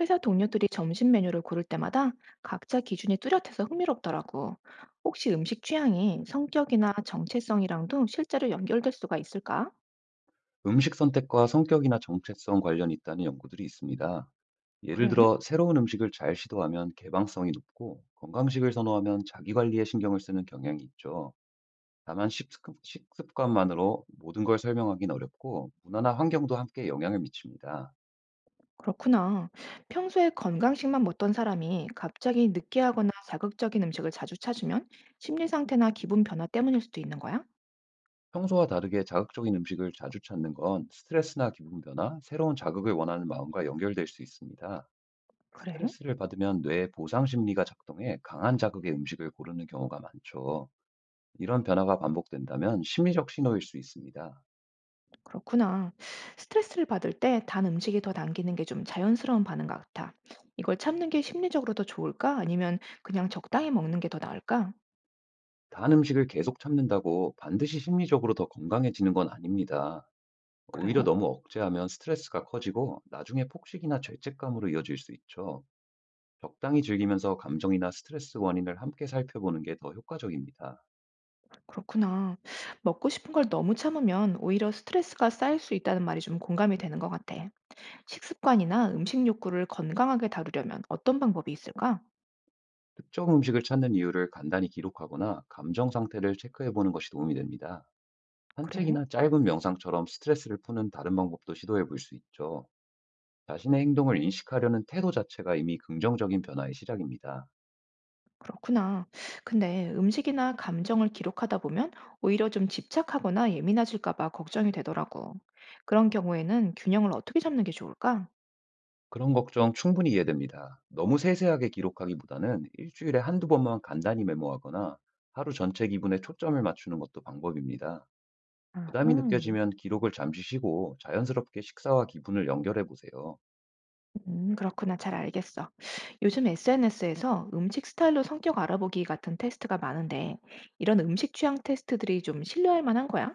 회사 동료들이 점심 메뉴를 고를 때마다 각자 기준이 뚜렷해서 흥미롭더라고. 혹시 음식 취향이 성격이나 정체성이랑도 실제로 연결될 수가 있을까? 음식 선택과 성격이나 정체성 관련이 있다는 연구들이 있습니다. 예를 그래? 들어, 새로운 음식을 잘 시도하면 개방성이 높고, 건강식을 선호하면 자기관리에 신경을 쓰는 경향이 있죠. 다만 식습관만으로 모든 걸 설명하기는 어렵고, 문화나 환경도 함께 영향을 미칩니다. 그렇구나. 평소에 건강식만 먹던 사람이 갑자기 느끼하거나 자극적인 음식을 자주 찾으면 심리 상태나 기분 변화 때문일 수도 있는 거야? 평소와 다르게 자극적인 음식을 자주 찾는 건 스트레스나 기분 변화, 새로운 자극을 원하는 마음과 연결될 수 있습니다. 그래? 스트레스를 받으면 뇌의 보상 심리가 작동해 강한 자극의 음식을 고르는 경우가 많죠. 이런 변화가 반복된다면 심리적 신호일 수 있습니다. 그렇구나. 스트레스를 받을 때 단 음식이 더 당기는 게 좀 자연스러운 반응 같아. 이걸 참는 게 심리적으로 더 좋을까? 아니면 그냥 적당히 먹는 게 더 나을까? 단 음식을 계속 참는다고 반드시 심리적으로 더 건강해지는 건 아닙니다. 그래? 오히려 너무 억제하면 스트레스가 커지고 나중에 폭식이나 죄책감으로 이어질 수 있죠. 적당히 즐기면서 감정이나 스트레스 원인을 함께 살펴보는 게 더 효과적입니다. 그렇구나. 먹고 싶은 걸 너무 참으면 오히려 스트레스가 쌓일 수 있다는 말이 좀 공감이 되는 것 같아. 식습관이나 음식 욕구를 건강하게 다루려면 어떤 방법이 있을까? 특정 음식을 찾는 이유를 간단히 기록하거나 감정 상태를 체크해 보는 것이 도움이 됩니다. 그래? 산책이나 짧은 명상처럼 스트레스를 푸는 다른 방법도 시도해 볼 수 있죠. 자신의 행동을 인식하려는 태도 자체가 이미 긍정적인 변화의 시작입니다. 그렇구나. 근데 음식이나 감정을 기록하다 보면 오히려 좀 집착하거나 예민해질까 봐 걱정이 되더라고. 그런 경우에는 균형을 어떻게 잡는 게 좋을까? 그런 걱정 충분히 이해됩니다. 너무 세세하게 기록하기보다는 일주일에 한두 번만 간단히 메모하거나 하루 전체 기분에 초점을 맞추는 것도 방법입니다. 부담이 아하. 느껴지면 기록을 잠시 쉬고 자연스럽게 식사와 기분을 연결해 보세요. 그렇구나. 잘 알겠어. 요즘 SNS에서 음식 스타일로 성격 알아보기 같은 테스트가 많은데, 이런 음식 취향 테스트들이 좀 신뢰할 만한 거야?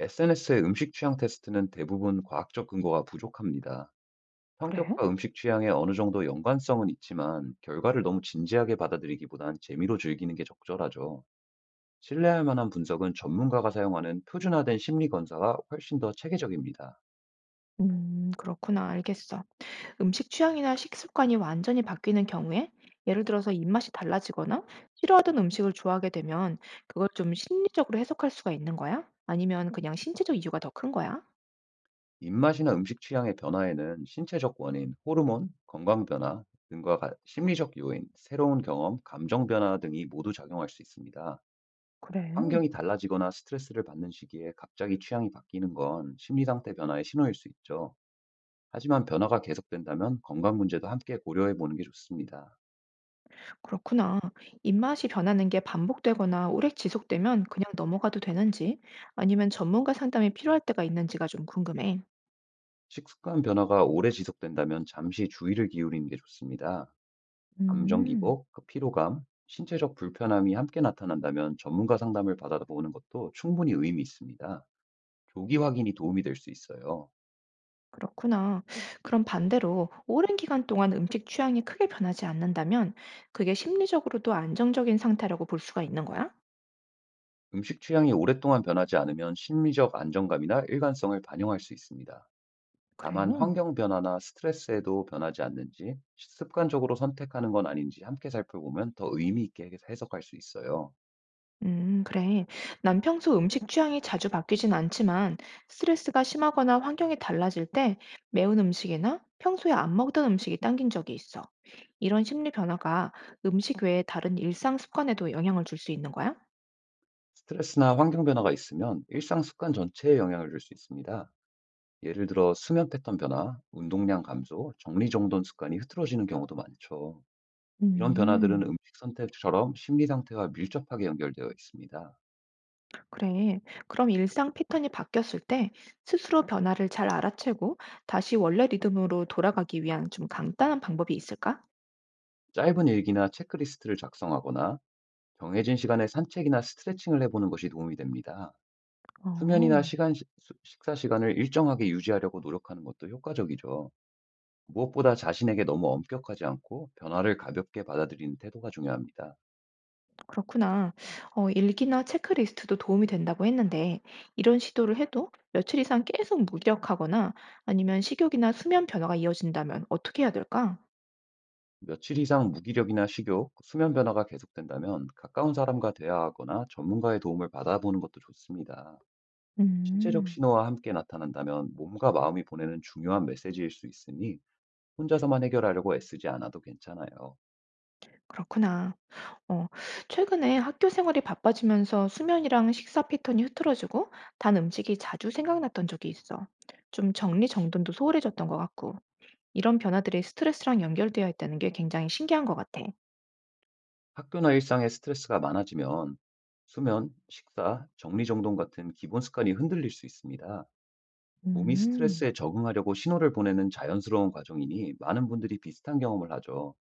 SNS의 음식 취향 테스트는 대부분 과학적 근거가 부족합니다. 그래? 성격과 음식 취향에 어느 정도 연관성은 있지만 결과를 너무 진지하게 받아들이기보단 재미로 즐기는 게 적절하죠. 신뢰할 만한 분석은 전문가가 사용하는 표준화된 심리 검사가 훨씬 더 체계적입니다. 그렇구나. 알겠어. 음식 취향이나 식습관이 완전히 바뀌는 경우에, 예를 들어서 입맛이 달라지거나 싫어하던 음식을 좋아하게 되면, 그걸 좀 심리적으로 해석할 수가 있는 거야? 아니면 그냥 신체적 이유가 더 큰 거야? 입맛이나 음식 취향의 변화에는 신체적 원인, 호르몬, 건강 변화 심리적 요인, 새로운 경험, 감정 변화 등이 모두 작용할 수 있습니다. 그래. 환경이 달라지거나 스트레스를 받는 시기에 갑자기 취향이 바뀌는 건 심리 상태 변화의 신호일 수 있죠. 하지만 변화가 계속된다면 건강 문제도 함께 고려해 보는 게 좋습니다. 그렇구나. 입맛이 변하는 게 반복되거나 오래 지속되면 그냥 넘어가도 되는지, 아니면 전문가 상담이 필요할 때가 있는지가 좀 궁금해. 식습관 변화가 오래 지속된다면 잠시 주의를 기울이는 게 좋습니다. 감정 음, 기복, 그 피로감, 신체적 불편함이 함께 나타난다면 전문가 상담을 받아보는 것도 충분히 의미 있습니다. 조기 확인이 도움이 될 수 있어요. 그렇구나. 그럼 반대로 오랜 기간 동안 음식 취향이 크게 변하지 않는다면 그게 심리적으로도 안정적인 상태라고 볼 수가 있는 거야? 음식 취향이 오랫동안 변하지 않으면 심리적 안정감이나 일관성을 반영할 수 있습니다. 그래. 다만 환경 변화나 스트레스에도 변하지 않는지, 습관적으로 선택하는 건 아닌지 함께 살펴보면 더 의미 있게 해석할 수 있어요. 그래. 난 평소 음식 취향이 자주 바뀌진 않지만 스트레스가 심하거나 환경이 달라질 때 매운 음식이나 평소에 안 먹던 음식이 당긴 적이 있어. 이런 심리 변화가 음식 외에 다른 일상 습관에도 영향을 줄 수 있는 거야? 스트레스나 환경 변화가 있으면 일상 습관 전체에 영향을 줄 수 있습니다. 예를 들어 수면 패턴 변화, 운동량 감소, 정리정돈 습관이 흐트러지는 경우도 많죠. 이런 변화들은 음, 음식 선택처럼 심리 상태와 밀접하게 연결되어 있습니다. 그래. 그럼 일상 패턴이 바뀌었을 때 스스로 변화를 잘 알아채고 다시 원래 리듬으로 돌아가기 위한 좀 간단한 방법이 있을까? 짧은 일기나 체크리스트를 작성하거나 정해진 시간에 산책이나 스트레칭을 해보는 것이 도움이 됩니다. 수면이나 어, 식사 시간을 일정하게 유지하려고 노력하는 것도 효과적이죠. 무엇보다 자신에게 너무 엄격하지 않고 변화를 가볍게 받아들이는 태도가 중요합니다. 그렇구나. 어, 일기나 체크리스트도 도움이 된다고 했는데 이런 시도를 해도 며칠 이상 계속 무기력하거나 아니면 식욕이나 수면 변화가 이어진다면 어떻게 해야 될까? 며칠 이상 무기력이나 식욕, 수면 변화가 계속된다면 가까운 사람과 대화하거나 전문가의 도움을 받아보는 것도 좋습니다. 신체적 음. 신호와 함께 나타난다면 몸과 마음이 보내는 중요한 메시지일 수 있으니 혼자서만 해결하려고 애쓰지 않아도 괜찮아요. 그렇구나. 어, 최근에 학교 생활이 바빠지면서 수면이랑 식사 패턴이 흐트러지고 단 음식이 자주 생각났던 적이 있어. 좀 정리정돈도 소홀해졌던 것 같고 이런 변화들이 스트레스랑 연결되어 있다는 게 굉장히 신기한 것 같아. 학교나 일상에 스트레스가 많아지면 수면, 식사, 정리정돈 같은 기본 습관이 흔들릴 수 있습니다. 몸이 음, 스트레스에 적응하려고 신호를 보내는 자연스러운 과정이니 많은 분들이 비슷한 경험을 하죠.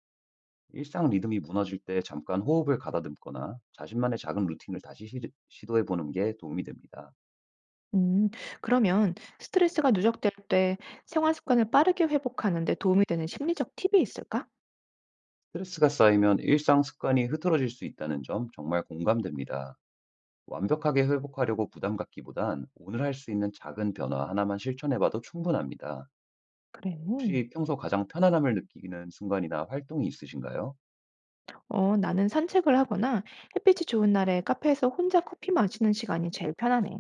일상 리듬이 무너질 때 잠깐 호흡을 가다듬거나 자신만의 작은 루틴을 다시 시 시도해보는 게 도움이 됩니다. 음. 그러면 스트레스가 누적될 때 생활 습관을 빠르게 회복하는 데 도움이 되는 심리적 팁이 있을까? 스트레스가 쌓이면 일상 습관이 흐트러질 수 있다는 점 정말 공감됩니다. 완벽하게 회복하려고 부담 갖기보단 오늘 할 수 있는 작은 변화 하나만 실천해봐도 충분합니다. 그래. 혹시 평소 가장 편안함을 느끼는 순간이나 활동이 있으신가요? 어, 나는 산책을 하거나 햇빛이 좋은 날에 카페에서 혼자 커피 마시는 시간이 제일 편하네.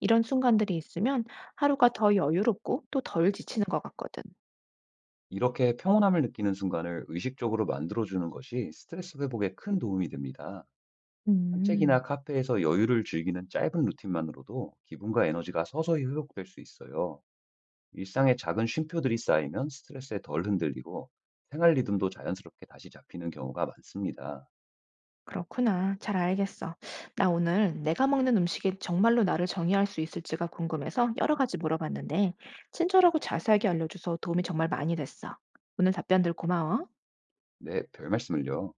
이런 순간들이 있으면 하루가 더 여유롭고 또 덜 지치는 것 같거든. 이렇게 평온함을 느끼는 순간을 의식적으로 만들어주는 것이 스트레스 회복에 큰 도움이 됩니다. 산책이나 음, 카페에서 여유를 즐기는 짧은 루틴만으로도 기분과 에너지가 서서히 회복될 수 있어요. 일상의 작은 쉼표들이 쌓이면 스트레스에 덜 흔들리고 생활 리듬도 자연스럽게 다시 잡히는 경우가 많습니다. 그렇구나. 잘 알겠어. 나 오늘 내가 먹는 음식이 정말로 나를 정의할 수 있을지가 궁금해서 여러 가지 물어봤는데, 친절하고 자세하게 알려줘서 도움이 정말 많이 됐어. 오늘 답변들 고마워. 네, 별 말씀을요.